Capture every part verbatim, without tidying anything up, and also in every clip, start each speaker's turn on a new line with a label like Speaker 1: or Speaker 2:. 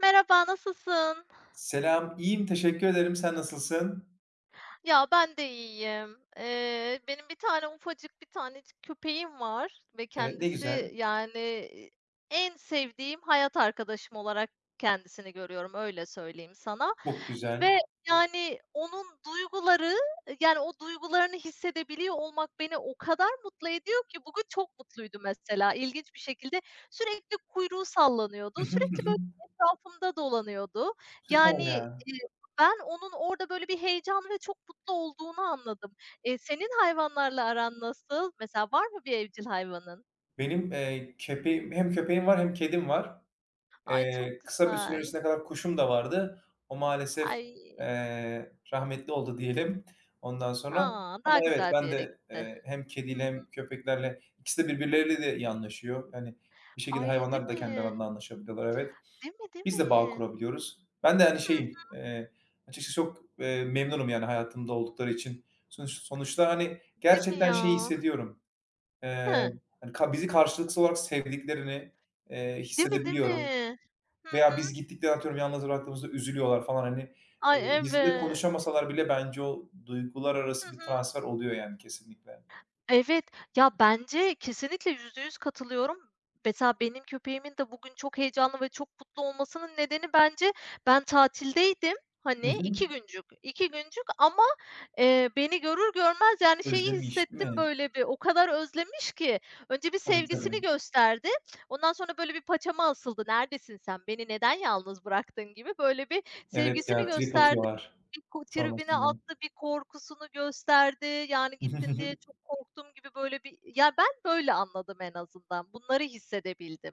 Speaker 1: Merhaba, nasılsın?
Speaker 2: Selam, iyiyim, teşekkür ederim. Sen nasılsın?
Speaker 1: Ya, ben de iyiyim. Eee, benim bir tane ufacık bir tanecik köpeğim var ve
Speaker 2: Evet, ne güzel,
Speaker 1: kendisi, yani, e, en sevdiğim hayat arkadaşım olarak kendisini görüyorum, öyle söyleyeyim sana.
Speaker 2: çok güzel.
Speaker 1: Ve, yani, onun duyguları, yani, o duygularını hissedebiliyor olmak beni o kadar mutlu ediyor ki bugün çok mutluydu mesela ilginç bir şekilde. Sürekli kuyruğu sallanıyordu,
Speaker 2: Hı hı, hı
Speaker 1: sürekli,
Speaker 2: hı.
Speaker 1: böyle, etrafımda dolanıyordu.
Speaker 2: Süper
Speaker 1: Yani,
Speaker 2: ya.
Speaker 1: ben onun orada böyle bir heyecan ve çok mutlu olduğunu anladım. Eee, senin hayvanlarla aran nasıl? Mesela var mı bir evcil hayvanın?
Speaker 2: Benim, eee, köpeğim Hem köpeğim var hem kedim var.
Speaker 1: Ay, çok
Speaker 2: Eee, kısa bir süre
Speaker 1: güzel.
Speaker 2: öncesine kadar kuşum da vardı. O maalesef,
Speaker 1: Ay,
Speaker 2: eee, rahmetli oldu diyelim ondan sonra.
Speaker 1: a! Daha
Speaker 2: Ama evet,
Speaker 1: güzel bir
Speaker 2: ben
Speaker 1: yere
Speaker 2: de,
Speaker 1: gitti.
Speaker 2: eee, hem
Speaker 1: Hı
Speaker 2: kediyle
Speaker 1: hı.
Speaker 2: hem köpeklerle ikisi de birbirleriyle de iyi anlaşıyor. Yani, bir şekilde
Speaker 1: Ay, değil
Speaker 2: hayvanlar da kendi
Speaker 1: mi?
Speaker 2: aralarında anlaşabiliyorlar, evet.
Speaker 1: Değil mi, değil
Speaker 2: Biz de bağ
Speaker 1: mi?
Speaker 2: kurabiliyoruz. Ben de, hani,
Speaker 1: Hı
Speaker 2: şeyim,
Speaker 1: hı.
Speaker 2: eee, açıkçası çok, eee, memnunum, yani, hayatımda oldukları için. Sonuç sonuçta, hani,
Speaker 1: Değil mi
Speaker 2: gerçekten
Speaker 1: ya?
Speaker 2: şeyi hissediyorum, eee,
Speaker 1: Hıh.
Speaker 2: hani, ka bizi karşılıksız olarak sevdiklerini, eee,
Speaker 1: Değil mi, değil
Speaker 2: hissedebiliyorum
Speaker 1: mi? Hı
Speaker 2: veya
Speaker 1: hı.
Speaker 2: biz gittikleri, atıyorum, yalnız bıraktığımızda üzülüyorlar falan, hani. Eee,
Speaker 1: Ay,
Speaker 2: bizle
Speaker 1: evet.
Speaker 2: konuşamasalar bile bence o duygular
Speaker 1: Hı
Speaker 2: arası bir
Speaker 1: hı.
Speaker 2: transfer oluyor, yani, kesinlikle.
Speaker 1: Evet, ya, bence kesinlikle yüzde yüz katılıyorum. Mesela benim köpeğimin de bugün çok heyecanlı ve çok mutlu olmasının nedeni bence ben tatildeydim,
Speaker 2: Hı
Speaker 1: hani,
Speaker 2: hı.
Speaker 1: iki güncük, iki güncük ama, eee, beni görür görmez, yani, şeyi
Speaker 2: Özlemi, iş, değil
Speaker 1: hissettim
Speaker 2: mi?
Speaker 1: böyle bir, o kadar özlemiş ki. Önce bir
Speaker 2: Tabii, tabii.
Speaker 1: sevgisini gösterdi, ondan sonra böyle bir paçama asıldı, "Neredesin sen, beni neden yalnız bıraktın?" gibi böyle bir
Speaker 2: Evet,
Speaker 1: sevgisini
Speaker 2: ya, trip
Speaker 1: gösterdi.
Speaker 2: atıyorlar
Speaker 1: Bir ko Tribüne
Speaker 2: sonrasında.
Speaker 1: attı, bir korkusunu gösterdi. Yani gittin diye çok korktum gibi böyle bir Ya, ben böyle anladım en azından. Bunları hissedebildim.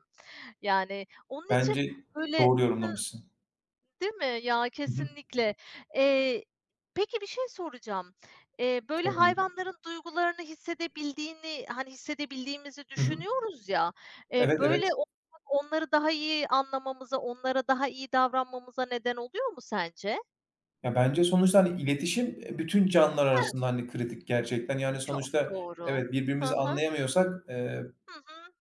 Speaker 1: Yani onun için
Speaker 2: Bence
Speaker 1: böyle.
Speaker 2: doğru yorumlamışsın.
Speaker 1: Değil mi? Ya,
Speaker 2: Hı hı.
Speaker 1: kesinlikle. Eee, peki bir şey soracağım. Eee, böyle
Speaker 2: Tabii.
Speaker 1: hayvanların duygularını hissedebildiğini, hani, hissedebildiğimizi
Speaker 2: Hı hı.
Speaker 1: düşünüyoruz ya, eee,
Speaker 2: Evet,
Speaker 1: böyle
Speaker 2: evet.
Speaker 1: olmak onları daha iyi anlamamıza, onlara daha iyi davranmamıza neden oluyor mu sence?
Speaker 2: Ya, bence sonuçta, hani, iletişim, eee, bütün canlılar
Speaker 1: Hıh,
Speaker 2: arasında, hani, kritik gerçekten. Yani,
Speaker 1: çok
Speaker 2: sonuçta
Speaker 1: doğru.
Speaker 2: evet,
Speaker 1: Hı
Speaker 2: birbirimizi
Speaker 1: hı.
Speaker 2: anlayamıyorsak, eee
Speaker 1: Hı hı.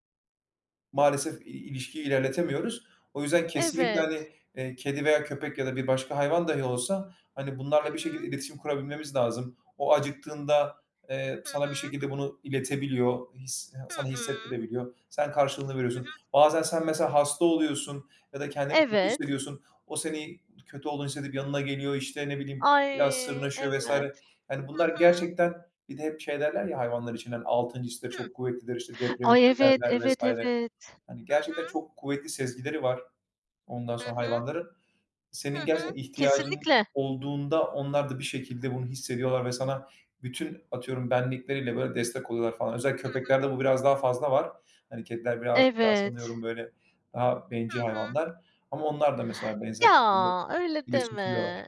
Speaker 2: maalesef i ilişkiyi ilerletemiyoruz. O yüzden kesinlikle,
Speaker 1: Evet.
Speaker 2: hani, eee, kedi veya köpek ya da bir başka hayvan dahi olsa, hani,
Speaker 1: Hı
Speaker 2: bunlarla bir şekilde
Speaker 1: hı.
Speaker 2: iletişim kurabilmemiz lazım. O acıktığında, eee,
Speaker 1: Hı
Speaker 2: sana bir
Speaker 1: hı.
Speaker 2: şekilde bunu iletebiliyor, his
Speaker 1: Hı
Speaker 2: sana
Speaker 1: hı.
Speaker 2: hissettirebiliyor. Sen karşılığını
Speaker 1: Hı hı.
Speaker 2: veriyorsun. Bazen sen mesela hasta oluyorsun ya da kendini kötü
Speaker 1: Evet.
Speaker 2: hissediyorsun. O seni kötü olduğunu hissedip yanına geliyor, işte, ne bileyim, biraz
Speaker 1: Ay,
Speaker 2: sırnaşıyor vesaire.
Speaker 1: evet.
Speaker 2: Yani, bunlar
Speaker 1: Hı hı.
Speaker 2: gerçekten bir de hep şey derler ya hayvanlar için, hani, altıncı hisleri
Speaker 1: Hı.
Speaker 2: çok kuvvetlidir, işte, deprem
Speaker 1: Ay, evet,
Speaker 2: hissederler
Speaker 1: evet,
Speaker 2: vesaire.
Speaker 1: evet.
Speaker 2: Hani,
Speaker 1: Hı
Speaker 2: gerçekten
Speaker 1: hı.
Speaker 2: çok kuvvetli sezgileri var ondan sonra
Speaker 1: Hı hı.
Speaker 2: hayvanların.
Speaker 1: Hı
Speaker 2: Senin
Speaker 1: hı.
Speaker 2: gerçekten ihtiyacın
Speaker 1: Kesinlikle.
Speaker 2: olduğunda onlar da bir şekilde bunu hissediyorlar ve sana bütün, atıyorum, benlikleriyle, böyle, destek oluyorlar falan. Özellikle köpeklerde bu biraz daha fazla var. Hani, kediler birazcık daha
Speaker 1: Evet.
Speaker 2: sanıyorum, böyle, daha
Speaker 1: Hı hı.
Speaker 2: bencil
Speaker 1: Evet. Hı hı.
Speaker 2: hayvanlar ama onlar da mesela benzer şekilde
Speaker 1: Ya, öyle
Speaker 2: iletişim kuruyorlar.
Speaker 1: deme.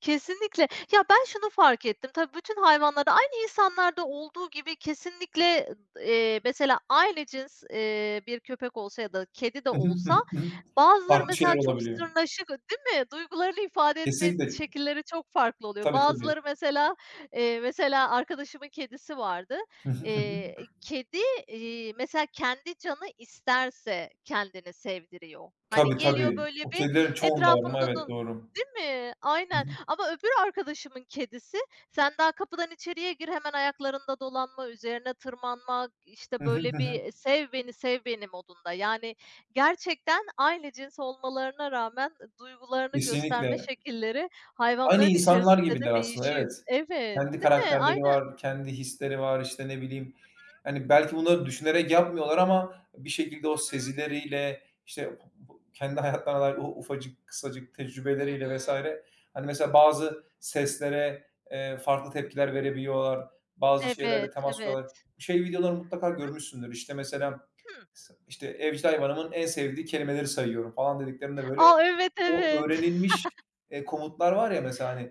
Speaker 1: Kesinlikle. Ya, ben şunu fark ettim, tabii bütün hayvanlarda, aynı insanlarda olduğu gibi kesinlikle, eee, mesela aynı cins, eee, bir köpek olsa ya da kedi de
Speaker 2: Hı hı. Hı hı.
Speaker 1: olsa
Speaker 2: Hı hı.
Speaker 1: bazıları
Speaker 2: Farklı şeyler
Speaker 1: mesela çok
Speaker 2: olabiliyor.
Speaker 1: sırnaşık, değil mi? Duygularını ifade etme
Speaker 2: Kesinlikle.
Speaker 1: şekilleri çok farklı oluyor.
Speaker 2: Tabii, tabii.
Speaker 1: Bazıları mesela, eee, mesela arkadaşımın kedisi vardı.
Speaker 2: Hı hı. Hı hı.
Speaker 1: Eee, kedi, iii, mesela kendi canı isterse kendini sevdiriyor. Hani,
Speaker 2: Tabii,
Speaker 1: geliyor
Speaker 2: tabii.
Speaker 1: böyle
Speaker 2: O
Speaker 1: bir
Speaker 2: kedilerin çoğunda var ama
Speaker 1: etrafında
Speaker 2: evet,
Speaker 1: da.
Speaker 2: doğru.
Speaker 1: Değil mi?
Speaker 2: Hı
Speaker 1: Aynen.
Speaker 2: hı.
Speaker 1: Ama öbür arkadaşımın kedisi, "Sen daha kapıdan içeriye gir, hemen ayaklarında dolanma, üzerine tırmanma, işte,
Speaker 2: Hı hı. Hı
Speaker 1: böyle bir
Speaker 2: hı.
Speaker 1: e, sev beni, sev beni modunda." Yani gerçekten aynı cins olmalarına rağmen duygularını gösterme
Speaker 2: Kesinlikle.
Speaker 1: şekilleri
Speaker 2: Aynı
Speaker 1: hayvanların
Speaker 2: insanlar
Speaker 1: içerisinde de
Speaker 2: gibiler aslında,
Speaker 1: değişiyor.
Speaker 2: evet.
Speaker 1: Evet,
Speaker 2: Kendi
Speaker 1: değil mi?
Speaker 2: karakterleri
Speaker 1: Aynı
Speaker 2: var, kendi hisleri var, işte, ne bileyim, hani, belki bunları düşünerek yapmıyorlar ama bir şekilde o
Speaker 1: Hı hı.
Speaker 2: sezileriyle, işte, kendi hayatlarına dair o ufacık, kısacık
Speaker 1: Hı
Speaker 2: tecrübeleriyle
Speaker 1: hı.
Speaker 2: vesaire Hani, mesela bazı seslere, eee, farklı tepkiler verebiliyorlar, bazı şeylerle
Speaker 1: Evet,
Speaker 2: temas
Speaker 1: evet.
Speaker 2: kuruyorlar. Bu şey videolarını mutlaka görmüşsündür. İşte, mesela,
Speaker 1: Hımm.
Speaker 2: s işte, evcil hayvanımın en sevdiği kelimeleri sayıyorum falan dediklerinde böyle
Speaker 1: A, evet,
Speaker 2: o
Speaker 1: evet.
Speaker 2: öğrenilmiş, eee, komutlar var ya mesela, hani,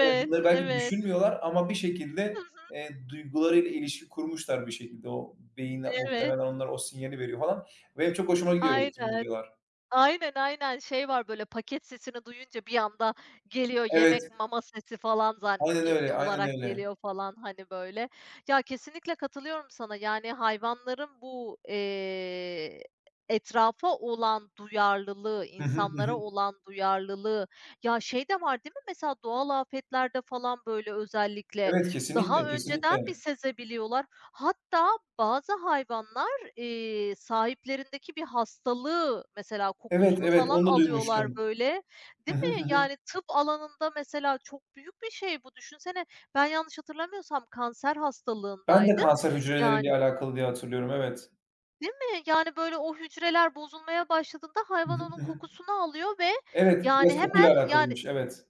Speaker 2: evet, bunları belki
Speaker 1: evet.
Speaker 2: düşünmüyorlar ama bir
Speaker 1: Hı
Speaker 2: şekilde,
Speaker 1: hı.
Speaker 2: eee, duygularıyla ilişki kurmuşlar bir şekilde. O beyin
Speaker 1: Evet,
Speaker 2: muhtemelen onlara o sinyali veriyor falan. Benim çok hoşuma gidiyor öyle bütün
Speaker 1: aynen.
Speaker 2: videolar.
Speaker 1: Aynen, aynen. Şey var, böyle, paket sesini duyunca bir anda geliyor
Speaker 2: Evet,
Speaker 1: yemek, mama sesi falan zan
Speaker 2: aynen
Speaker 1: ge de
Speaker 2: öyle, aynen
Speaker 1: olarak
Speaker 2: öyle.
Speaker 1: geliyor falan, hani, böyle. Ya, kesinlikle katılıyorum sana. Yani, hayvanların bu, eee, etrafa olan duyarlılığı,
Speaker 2: Hı hı, hı
Speaker 1: insanlara
Speaker 2: hı.
Speaker 1: olan duyarlılığı. Ya, şey de var değil mi mesela doğal afetlerde falan, böyle, özellikle
Speaker 2: Evet, kesinlikle,
Speaker 1: daha önceden bir
Speaker 2: kesinlikle.
Speaker 1: sezebiliyorlar. Hatta bazı hayvanlar Eee, sahiplerindeki bir hastalığı mesela
Speaker 2: Evet,
Speaker 1: kokusunu
Speaker 2: evet,
Speaker 1: falan
Speaker 2: onu da
Speaker 1: alıyorlar
Speaker 2: duymuştum.
Speaker 1: böyle,
Speaker 2: Hı
Speaker 1: değil
Speaker 2: hı, hı
Speaker 1: mi?
Speaker 2: hı.
Speaker 1: Yani tıp alanında mesela çok büyük bir şey bu. Düşünsene, ben yanlış hatırlamıyorsam kanser
Speaker 2: Ben de
Speaker 1: hastalığındaydı.
Speaker 2: kanser hücreleriyle
Speaker 1: Yani,
Speaker 2: alakalı diye hatırlıyorum, evet.
Speaker 1: değil mi? Yani böyle o hücreler bozulmaya başladığında
Speaker 2: Hı
Speaker 1: hayvan onun
Speaker 2: hı, hı hı.
Speaker 1: kokusunu alıyor ve
Speaker 2: Evet,
Speaker 1: yani
Speaker 2: biraz
Speaker 1: hemen
Speaker 2: kokuyla
Speaker 1: yani
Speaker 2: alakalıymış, evet.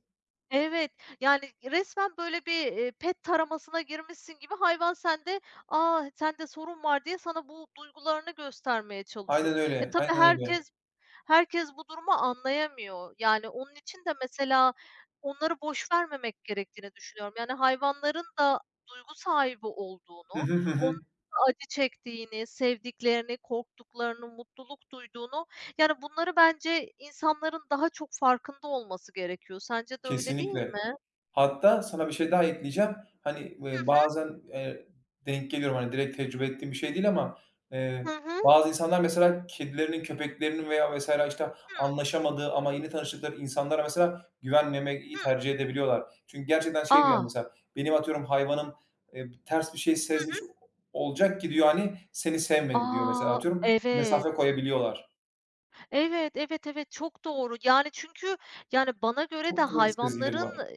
Speaker 1: Evet, yani resmen böyle bir, eee, pet taramasına girmişsin gibi hayvan sende, "A, sende sorun var." diye sana bu duygularını göstermeye çalışıyor.
Speaker 2: Aynen
Speaker 1: E,
Speaker 2: öyle,
Speaker 1: tabii
Speaker 2: aynen öyle.
Speaker 1: herkes herkes bu durumu anlayamıyor. Yani onun için de mesela onları boş vermemek gerektiğini düşünüyorum. Yani hayvanların da duygu sahibi
Speaker 2: Hı
Speaker 1: olduğunu,
Speaker 2: hı, hı hı.
Speaker 1: onların da acı çektiğini, sevdiklerini, korktuklarını, mutluluk duyduğunu yani, bunları bence insanların daha çok farkında olması gerekiyor. Sence de öyle değil
Speaker 2: Kesinlikle.
Speaker 1: mi?
Speaker 2: Hatta sana bir şey daha ekleyeceğim. Hani,
Speaker 1: Hı
Speaker 2: eee,
Speaker 1: hı.
Speaker 2: bazen, eee, denk geliyorum, hani, direkt tecrübe ettiğim bir şey değil ama,
Speaker 1: Hı
Speaker 2: eee,
Speaker 1: hı.
Speaker 2: bazı insanlar mesela kedilerinin, köpeklerinin veya vesaire işte
Speaker 1: Hı,
Speaker 2: anlaşamadığı ama yeni tanıştıkları insanlara mesela güvenmemeyi
Speaker 1: hı.
Speaker 2: tercih edebiliyorlar. Çünkü gerçekten şey diyor, yani,
Speaker 1: A!
Speaker 2: mesela benim atıyorum hayvanım, eee, ters bir şey
Speaker 1: Hı hı.
Speaker 2: sezmiş olacak ki diyor, hani, seni sevmedi diyor mesela
Speaker 1: A!
Speaker 2: atıyorum.
Speaker 1: Evet.
Speaker 2: Mesafe koyabiliyorlar.
Speaker 1: Evet, evet, evet, çok doğru. Yani, çünkü, yani, bana göre de
Speaker 2: Çok kuvvetli sezgileri
Speaker 1: hayvanların
Speaker 2: var.
Speaker 1: e,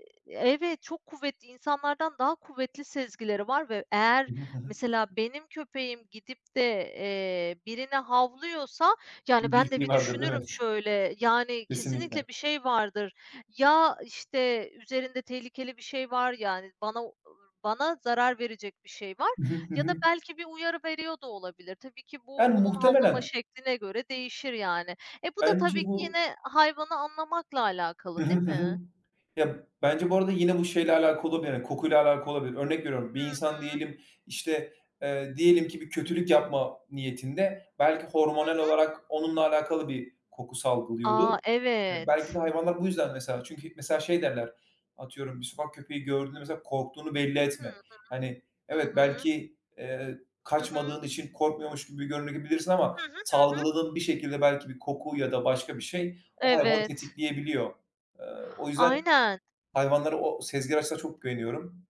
Speaker 1: Evet, çok kuvvetli, insanlardan daha kuvvetli sezgileri var ve eğer mesela benim köpeğim gidip de, eee, birine havlıyorsa, yani,
Speaker 2: Bir
Speaker 1: ben de
Speaker 2: bildiği
Speaker 1: bir
Speaker 2: vardır değil
Speaker 1: düşünürüm
Speaker 2: mi?
Speaker 1: şöyle, yani,
Speaker 2: Kesinlikle.
Speaker 1: kesinlikle bir şey vardır. Ya, işte, üzerinde tehlikeli bir şey var, yani, bana bana zarar verecek bir şey var
Speaker 2: Hı hı. Hı
Speaker 1: ya da
Speaker 2: hı.
Speaker 1: belki bir uyarı veriyor da olabilir. Tabii ki bu
Speaker 2: Yani
Speaker 1: onun havlama
Speaker 2: muhtemelen.
Speaker 1: şekline göre değişir, yani. E, bu da
Speaker 2: Bence
Speaker 1: tabii ki
Speaker 2: bu.
Speaker 1: yine hayvanı anlamakla
Speaker 2: Hı
Speaker 1: alakalı, değil
Speaker 2: hı, hı hı.
Speaker 1: mi?
Speaker 2: Ya, bence bu arada yine bu şeyle alakalı olabilir, yani, kokuyla alakalı olabilir. Örnek veriyorum, bir insan diyelim, işte, eee, diyelim ki bir kötülük yapma niyetinde belki
Speaker 1: Hı
Speaker 2: hormonal
Speaker 1: hı.
Speaker 2: olarak onunla alakalı bir koku salgılıyordur.
Speaker 1: A,
Speaker 2: Eee, belki de
Speaker 1: evet.
Speaker 2: hayvanlar bu yüzden mesela çünkü mesela şey derler, atıyorum, bir sokak köpeği gördüğünde mesela korktuğunu belli etme.
Speaker 1: Hı.
Speaker 2: Hani,
Speaker 1: Hı
Speaker 2: evet,
Speaker 1: hı.
Speaker 2: belki, eee,
Speaker 1: Hı hı.
Speaker 2: kaçmadığın için korkmuyormuş gibi görünebilirsin ama
Speaker 1: Hı hı. Hı hı.
Speaker 2: salgıladığın bir şekilde belki bir koku ya da başka bir şey o hayvanı
Speaker 1: Evet.
Speaker 2: tetikleyebiliyor. Eee, o yüzden
Speaker 1: Aynen.
Speaker 2: hayvanlara o sezgi araçlarına çok güveniyorum.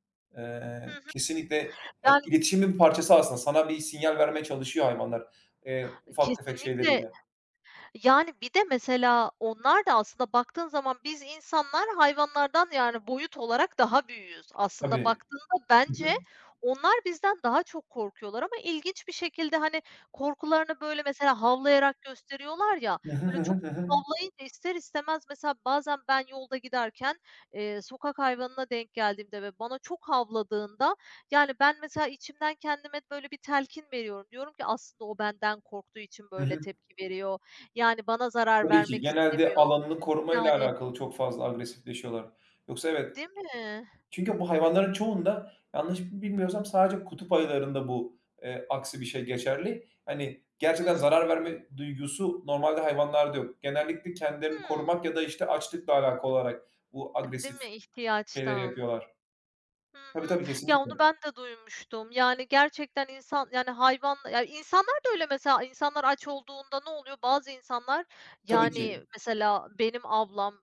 Speaker 1: Hı
Speaker 2: Eee,
Speaker 1: hı.
Speaker 2: kesinlikle, eee,
Speaker 1: Yani
Speaker 2: iletişimin bir parçası aslında. Sana bir sinyal vermeye çalışıyor hayvanlar, eee, ufak tefek
Speaker 1: kesinlikle.
Speaker 2: şeyleriyle.
Speaker 1: Yani, bir de mesela onlar da aslında baktığın zaman biz insanlar hayvanlardan, yani, boyut olarak daha büyüğüz. Aslında
Speaker 2: Tabii.
Speaker 1: baktığında bence onlar bizden daha çok korkuyorlar ama ilginç bir şekilde, hani, korkularını, böyle, mesela havlayarak gösteriyorlar ya,
Speaker 2: Hı hı.
Speaker 1: böyle,
Speaker 2: Hı hı,
Speaker 1: çok
Speaker 2: hı hı, hı hı.
Speaker 1: havlayınca ister istemez mesela bazen ben yolda giderken, eee, sokak hayvanına denk geldiğimde ve bana çok havladığında, yani, ben mesela içimden kendime böyle bir telkin veriyorum. Diyorum ki aslında o benden korktuğu için
Speaker 2: Hı
Speaker 1: böyle
Speaker 2: hı.
Speaker 1: tepki veriyor yani, bana zarar
Speaker 2: Tabii ki
Speaker 1: vermek
Speaker 2: genelde
Speaker 1: istemiyor.
Speaker 2: alanını korumayla
Speaker 1: Yani
Speaker 2: alakalı çok fazla agresifleşiyorlar. Yoksa evet.
Speaker 1: Değil mi?
Speaker 2: Çünkü bu hayvanların çoğunda yanlış bilmiyorsam sadece kutup ayılarında bu, eee, aksi bir şey geçerli. Hani, gerçekten
Speaker 1: Hı,
Speaker 2: zarar verme duygusu normalde hayvanlarda yok. Genellikle kendilerini
Speaker 1: hı.
Speaker 2: korumak ya da, işte, açlıkla alakalı olarak bu
Speaker 1: Değil
Speaker 2: agresif
Speaker 1: mi
Speaker 2: şeyleri
Speaker 1: ihtiyaçtan?
Speaker 2: yapıyorlar.
Speaker 1: Hı hı.
Speaker 2: Tabii, tabii,
Speaker 1: Ya, onu
Speaker 2: kesinlikle.
Speaker 1: ben de duymuştum. Yani, gerçekten insan, yani, hayvan ya, insanlar da öyle mesela. İnsanlar aç olduğunda ne oluyor? Bazı insanlar,
Speaker 2: Tabii ki.
Speaker 1: yani, mesela benim ablam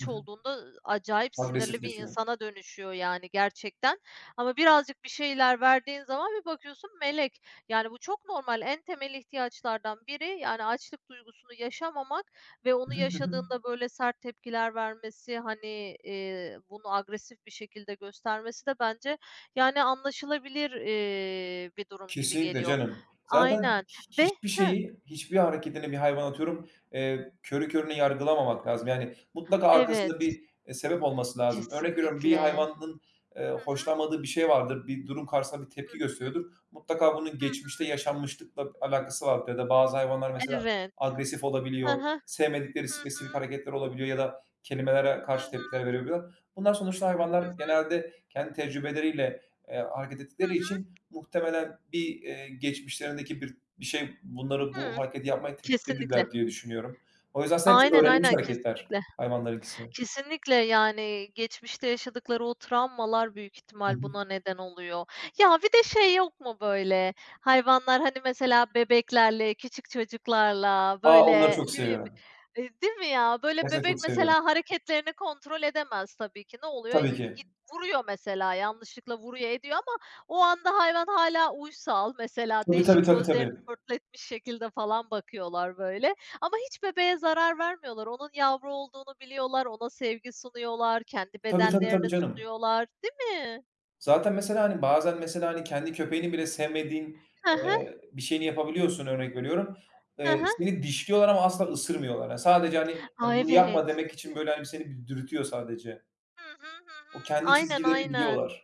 Speaker 2: Hı hı.
Speaker 1: olduğunda acayip sinirli bir
Speaker 2: Agresifleşiyor.
Speaker 1: insana dönüşüyor, yani, gerçekten. Ama birazcık bir şeyler verdiğin zaman bir bakıyorsun melek. Yani, bu çok normal. En temel ihtiyaçlardan biri, yani, açlık duygusunu yaşamamak ve
Speaker 2: Hı
Speaker 1: onu
Speaker 2: hı. Hı hı.
Speaker 1: yaşadığında böyle sert tepkiler vermesi, hani, eee, bunu agresif bir şekilde göstermesi de bence, yani, anlaşılabilir, eee, bir durum gibi
Speaker 2: Kesinlikle
Speaker 1: geliyor.
Speaker 2: canım. Zaten
Speaker 1: Aynen ve
Speaker 2: hiçbir
Speaker 1: Heh,
Speaker 2: şeyi, hiçbir hareketini bir hayvan atıyorum, eee, körü körüne yargılamamak lazım. Yani mutlaka arkasında
Speaker 1: evet,
Speaker 2: bir, eee, sebep olması lazım. Örnek veriyorum, bir
Speaker 1: kesinlikle.
Speaker 2: hayvanın, eee,
Speaker 1: Hı hı.
Speaker 2: hoşlanmadığı bir şey vardır, bir durum karşısında bir
Speaker 1: Hı
Speaker 2: tepki gösteriyordur. Mutlaka bunun
Speaker 1: hı.
Speaker 2: geçmişte yaşanmışlıkla alakası vardır ya da bazı hayvanlar mesela
Speaker 1: Evet.
Speaker 2: agresif
Speaker 1: Hı
Speaker 2: olabiliyor,
Speaker 1: hı.
Speaker 2: sevmedikleri
Speaker 1: Hı
Speaker 2: spesifik
Speaker 1: hı.
Speaker 2: hareketler olabiliyor ya da kelimelere
Speaker 1: Hı
Speaker 2: karşı
Speaker 1: hı.
Speaker 2: tepkiler verebiliyor. Bunlar sonuçta
Speaker 1: Hı
Speaker 2: hayvanlar
Speaker 1: hı.
Speaker 2: genelde kendi tecrübeleriyle, eee, hareket
Speaker 1: Hı
Speaker 2: ettikleri
Speaker 1: hı.
Speaker 2: için. Muhtemelen bir, eee, geçmişlerindeki bir bir şey bunları bu
Speaker 1: Hıı.
Speaker 2: hareketi yapmaya
Speaker 1: Kesinlikle.
Speaker 2: tetiklediler diye düşünüyorum. O yüzden aslında hepsi
Speaker 1: Aynen,
Speaker 2: öğrenilmiş
Speaker 1: aynen,
Speaker 2: hareketler
Speaker 1: kesinlikle.
Speaker 2: hayvanlarınkisi.
Speaker 1: Kesinlikle, yani, geçmişte yaşadıkları o travmalar büyük
Speaker 2: Hı
Speaker 1: ihtimal
Speaker 2: hı.
Speaker 1: buna neden oluyor. Ya, bir de şey yok mu böyle, hayvanlar, hani, mesela bebeklerle, küçük çocuklarla,
Speaker 2: A! Onları
Speaker 1: böyle,
Speaker 2: çok
Speaker 1: ne bileyim,
Speaker 2: seviyorum.
Speaker 1: eee, değil mi ya? Böyle
Speaker 2: Gerçekten
Speaker 1: bebek
Speaker 2: çok seviyorum.
Speaker 1: mesela hareketlerini kontrol edemez tabii ki. Ne oluyor?
Speaker 2: Tabii
Speaker 1: Y
Speaker 2: ki.
Speaker 1: git Vuruyor mesela, yanlışlıkla vuruyor, ediyor ama o anda hayvan hala uysal. Mesela
Speaker 2: Tabii, tabii,
Speaker 1: değişik
Speaker 2: tabii,
Speaker 1: gözlerini
Speaker 2: tabii.
Speaker 1: pörtletmiş şekilde falan bakıyorlar böyle. Ama hiç bebeğe zarar vermiyorlar. Onun yavru olduğunu biliyorlar, ona sevgi sunuyorlar, kendi
Speaker 2: Tabii, tabii, tabii
Speaker 1: bedenlerine
Speaker 2: canım.
Speaker 1: sunuyorlar, değil mi?
Speaker 2: Zaten mesela, hani, bazen mesela, hani, kendi köpeğini bile sevmediğin,
Speaker 1: Hı hı,
Speaker 2: eee, bir şeyini yapabiliyorsun örnek veriyorum.
Speaker 1: hı
Speaker 2: Eee,
Speaker 1: hı.
Speaker 2: seni dişliyorlar ama asla ısırmıyorlar. Yani sadece, hani,
Speaker 1: A,
Speaker 2: hani, bunu yapma
Speaker 1: evet,
Speaker 2: demek
Speaker 1: değil
Speaker 2: için
Speaker 1: mi?
Speaker 2: böyle, hani, seni bir dürtüyor sadece.
Speaker 1: Hı hı, hı
Speaker 2: O
Speaker 1: hı.
Speaker 2: kendi
Speaker 1: Aynen,
Speaker 2: çizgilerini
Speaker 1: aynen.
Speaker 2: biliyorlar.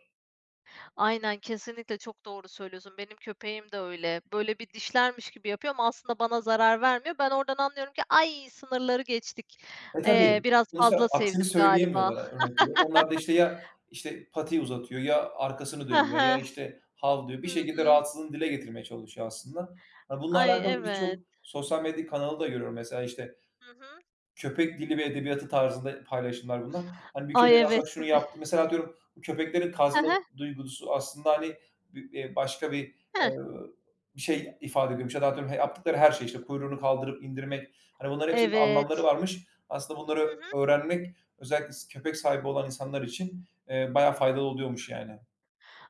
Speaker 1: Aynen, kesinlikle çok doğru söylüyorsun. Benim köpeğim de öyle. Böyle bir dişlermiş gibi yapıyor ama aslında bana zarar vermiyor. Ben oradan anlıyorum ki, "Ay, sınırları geçtik.
Speaker 2: E,
Speaker 1: Eee,
Speaker 2: tabii.
Speaker 1: biraz
Speaker 2: Sonuçta
Speaker 1: fazla
Speaker 2: aksini
Speaker 1: sevdim galiba."
Speaker 2: söyleyemiyorlar, yani, örnek veriyorum. Onlar da, işte, ya, işte, patiyi uzatıyor ya arkasını
Speaker 1: Hı
Speaker 2: dönüyor
Speaker 1: hı.
Speaker 2: ya, işte, "hav" diyor. Bir
Speaker 1: Hı
Speaker 2: şekilde
Speaker 1: hı.
Speaker 2: rahatsızlığını dile getirmeye çalışıyor aslında. Hani, bununla
Speaker 1: Ay,
Speaker 2: alakalı birçok
Speaker 1: evet.
Speaker 2: sosyal medya kanalı da görüyorum. Mesela, işte,
Speaker 1: Hı hı.
Speaker 2: köpek dili ve edebiyatı tarzında paylaşımlar bunlar. Hani bir
Speaker 1: Ay,
Speaker 2: köpek
Speaker 1: evet.
Speaker 2: aslında şunu yaptı. Mesela diyorum, bu köpeklerin
Speaker 1: Hı
Speaker 2: kazma
Speaker 1: hı.
Speaker 2: duygusu aslında, hani, bir, eee, başka bir, eee,
Speaker 1: Heh.
Speaker 2: bir şey ifade ediyormuş ya da atıyorum yaptıkları her şey, işte, kuyruğunu kaldırıp indirmek, hani, bunların hepsinin anlamları
Speaker 1: Evet.
Speaker 2: varmış. Aslında
Speaker 1: Hı
Speaker 2: bunları
Speaker 1: hı.
Speaker 2: öğrenmek özellikle s köpek sahibi olan insanlar için, eee, bayağı faydalı oluyormuş yani.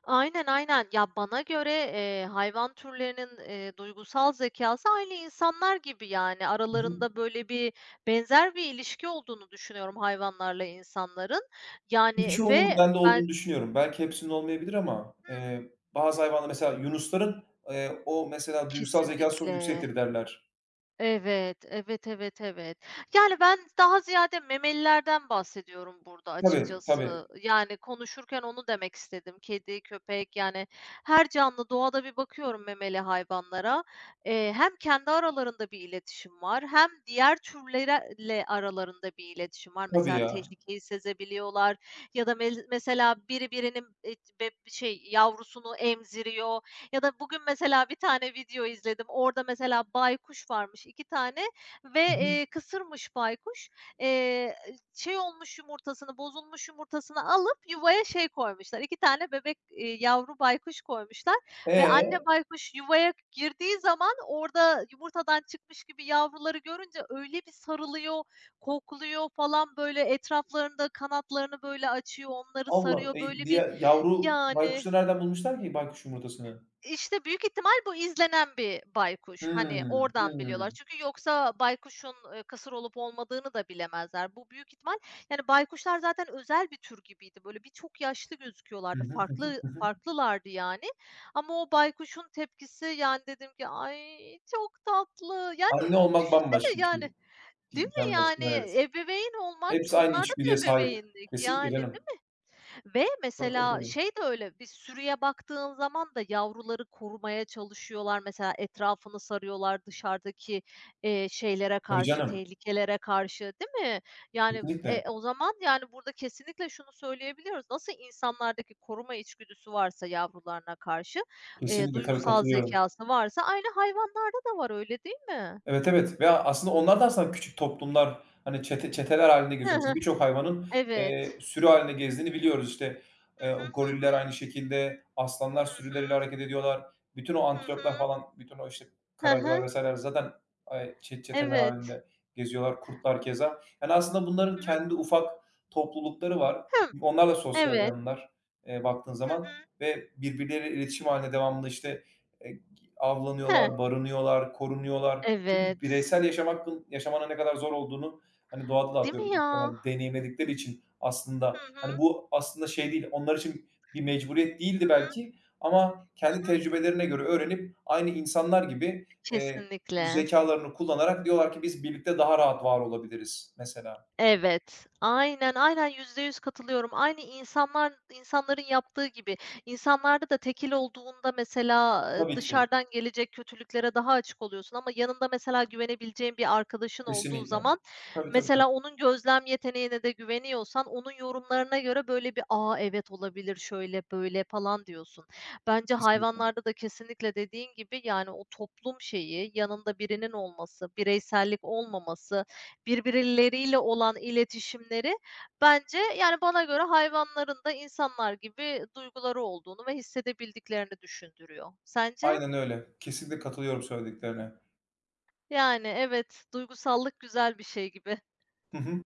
Speaker 1: Aynen, aynen. Ya, bana göre, eee, hayvan türlerinin, eee, duygusal zekâsı aynı insanlar gibi, yani.
Speaker 2: Hı hı.
Speaker 1: Aralarında böyle bir benzer bir ilişki olduğunu düşünüyorum hayvanlarla insanların. Yani
Speaker 2: Birçoğunun
Speaker 1: ve
Speaker 2: bende
Speaker 1: ben
Speaker 2: olduğunu düşünüyorum. Belki hepsinin olmayabilir ama,
Speaker 1: Hı hı.
Speaker 2: eee, bazı hayvanlar mesela yunusların, eee, o mesela duygusal zekâsı çok
Speaker 1: Kesinlikle.
Speaker 2: yüksektir derler.
Speaker 1: Evet, evet, evet, evet. Yani, ben daha ziyade memelilerden bahsediyorum burada
Speaker 2: Tabii, tabii,
Speaker 1: açıkçası. Yani, konuşurken onu demek istedim. Kedi, köpek, yani, her canlı doğada bir bakıyorum memeli hayvanlara. Eee, hem kendi aralarında bir iletişim var hem diğer türlerle aralarında bir iletişim var.
Speaker 2: tabii
Speaker 1: Mesela
Speaker 2: ya.
Speaker 1: tehlikeyi sezebiliyorlar ya da mez mesela biri birinin, eee, be şey, yavrusunu emziriyor. Ya da bugün mesela bir tane video izledim. Orada mesela baykuş varmış iki tane ve,
Speaker 2: Hı hı.
Speaker 1: eee, kısırmış baykuş. Eee, Şey olmuş yumurtasını, bozulmuş yumurtasını alıp yuvaya şey koymuşlar, İki tane bebek, eee, yavru baykuş koymuşlar ve
Speaker 2: E?
Speaker 1: anne baykuş yuvaya girdiği zaman orada yumurtadan çıkmış gibi yavruları görünce öyle bir sarılıyor, kokluyor falan, böyle, etraflarında kanatlarını, böyle, açıyor, onları
Speaker 2: Allah!
Speaker 1: sarıyor.
Speaker 2: E,
Speaker 1: Böyle bir
Speaker 2: diye yavru
Speaker 1: yani
Speaker 2: baykuşu nereden bulmuşlar ki baykuş yumurtasını?
Speaker 1: işte, büyük ihtimal bu izlenen bir baykuş. Hani,
Speaker 2: Hımm,
Speaker 1: oradan biliyorlar.
Speaker 2: hımm.
Speaker 1: Çünkü yoksa baykuşun, eee, kısır olup olmadığını da bilemezler. Bu büyük ihtimal Yani, baykuşlar zaten özel bir tür gibiydi. Böyle, bir çok yaşlı
Speaker 2: Hı
Speaker 1: gözüküyorlardı.
Speaker 2: hı, hı hı,
Speaker 1: Farklı
Speaker 2: hı hı.
Speaker 1: farklılardı, yani. Ama o baykuşun tepkisi, yani, dedim ki, "Ay, çok tatlı." Yani,
Speaker 2: Anne olmak
Speaker 1: düşünsene,
Speaker 2: bambaşka bir şey.
Speaker 1: yani, değil
Speaker 2: İ
Speaker 1: mi?
Speaker 2: Canlısı,
Speaker 1: Yani,
Speaker 2: evet.
Speaker 1: ebeveyn olmak
Speaker 2: Hepsi aynı
Speaker 1: onlarda da
Speaker 2: içgüdüye sahip.
Speaker 1: ebeveynlik,
Speaker 2: Kesinlikle
Speaker 1: yani.
Speaker 2: canım.
Speaker 1: Ve
Speaker 2: Tabii, tabii,
Speaker 1: mesela
Speaker 2: tabii.
Speaker 1: şey de öyle, bir sürüye baktığın zaman da yavruları korumaya çalışıyorlar. Mesela etrafını sarıyorlar dışarıdaki, eee, şeylere
Speaker 2: Tabii
Speaker 1: karşı,
Speaker 2: canım.
Speaker 1: tehlikelere karşı, değil mi? Yani,
Speaker 2: Kesinlikle.
Speaker 1: e, o zaman, yani, burada kesinlikle şunu söyleyebiliyoruz. Nasıl insanlardaki koruma içgüdüsü varsa yavrularına karşı, eee,
Speaker 2: Kesinlikle. Tabii,
Speaker 1: duygusal
Speaker 2: katılıyorum.
Speaker 1: zekası varsa aynı hayvanlarda da var, öyle değil mi?
Speaker 2: Evet, evet ve aslında onlar da aslında küçük toplumlar, hani, çete çeteler halinde
Speaker 1: Hı
Speaker 2: geziyor.
Speaker 1: hı.
Speaker 2: Mesela birçok hayvanın,
Speaker 1: Evet.
Speaker 2: eee, sürü halinde gezdiğini biliyoruz. İşte
Speaker 1: Hı
Speaker 2: eee,
Speaker 1: hı,
Speaker 2: goriller
Speaker 1: hı
Speaker 2: aynı şekilde, aslanlar
Speaker 1: hı.
Speaker 2: sürüleriyle hareket ediyorlar. Bütün o
Speaker 1: Hı hı. Hı
Speaker 2: antiloplar
Speaker 1: hı.
Speaker 2: falan, bütün o, işte,
Speaker 1: Hı
Speaker 2: karaca'lar
Speaker 1: hı.
Speaker 2: vesaire ler zaten, eee, çe çeteler
Speaker 1: Evet.
Speaker 2: halinde geziyorlar, kurtlar keza. Yani, aslında
Speaker 1: Hı
Speaker 2: bunların
Speaker 1: hı.
Speaker 2: kendi ufak toplulukları var.
Speaker 1: Hımm.
Speaker 2: Onlar da sosyal
Speaker 1: Evet.
Speaker 2: canlılar, eee, baktığın
Speaker 1: Hı
Speaker 2: zaman
Speaker 1: hı.
Speaker 2: ve birbirleriyle iletişim halinde devamlı, işte, eee,
Speaker 1: Heh,
Speaker 2: avlanıyorlar, barınıyorlar, korunuyorlar. Çünkü
Speaker 1: evet.
Speaker 2: bireysel yaşam hakkın yaşamanın ne kadar zor olduğunu, hani, doğada da
Speaker 1: Değil mi
Speaker 2: atıyorum
Speaker 1: ya?
Speaker 2: muhtemelen
Speaker 1: Hı hı.
Speaker 2: deneyimledikleri için
Speaker 1: Hı
Speaker 2: aslında,
Speaker 1: hı.
Speaker 2: hani, bu aslında şey değil, onlar için bir mecburiyet değildi
Speaker 1: Hı
Speaker 2: belki ama kendi
Speaker 1: hı.
Speaker 2: tecrübelerine göre öğrenip aynı insanlar gibi, eee, bu
Speaker 1: Kesinlikle.
Speaker 2: zekâlarını kullanarak diyorlar ki biz birlikte daha rahat var olabiliriz mesela.
Speaker 1: Evet, aynen, aynen yüzde yüz katılıyorum. Aynı insanlar insanların yaptığı gibi. İnsanlarda da tekil olduğunda mesela, ııı,
Speaker 2: Tabii ki.
Speaker 1: dışarıdan gelecek kötülüklere daha açık oluyorsun ama yanında mesela güvenebileceğin bir arkadaşın olduğu
Speaker 2: Kesinlikle.
Speaker 1: zaman,
Speaker 2: Tabii, tabii, tabii.
Speaker 1: mesela onun gözlem yeteneğine de güveniyorsan onun yorumlarına göre böyle bir, "aa evet olabilir, şöyle böyle." falan diyorsun. Bence
Speaker 2: Kesinlikle.
Speaker 1: hayvanlarda da kesinlikle dediğin gibi, yani, o toplum şeyi, yanında birinin olması, bireysellik olmaması. Birbirleriyle olan iletişimleri bence, yani, bana göre hayvanların da insanlar gibi duyguları olduğunu ve hissedebildiklerini düşündürüyor. Sence?
Speaker 2: Aynen öyle. Kesinlikle katılıyorum söylediklerine.
Speaker 1: Yani, evet, duygusallık güzel bir şey gibi.
Speaker 2: Hı hı.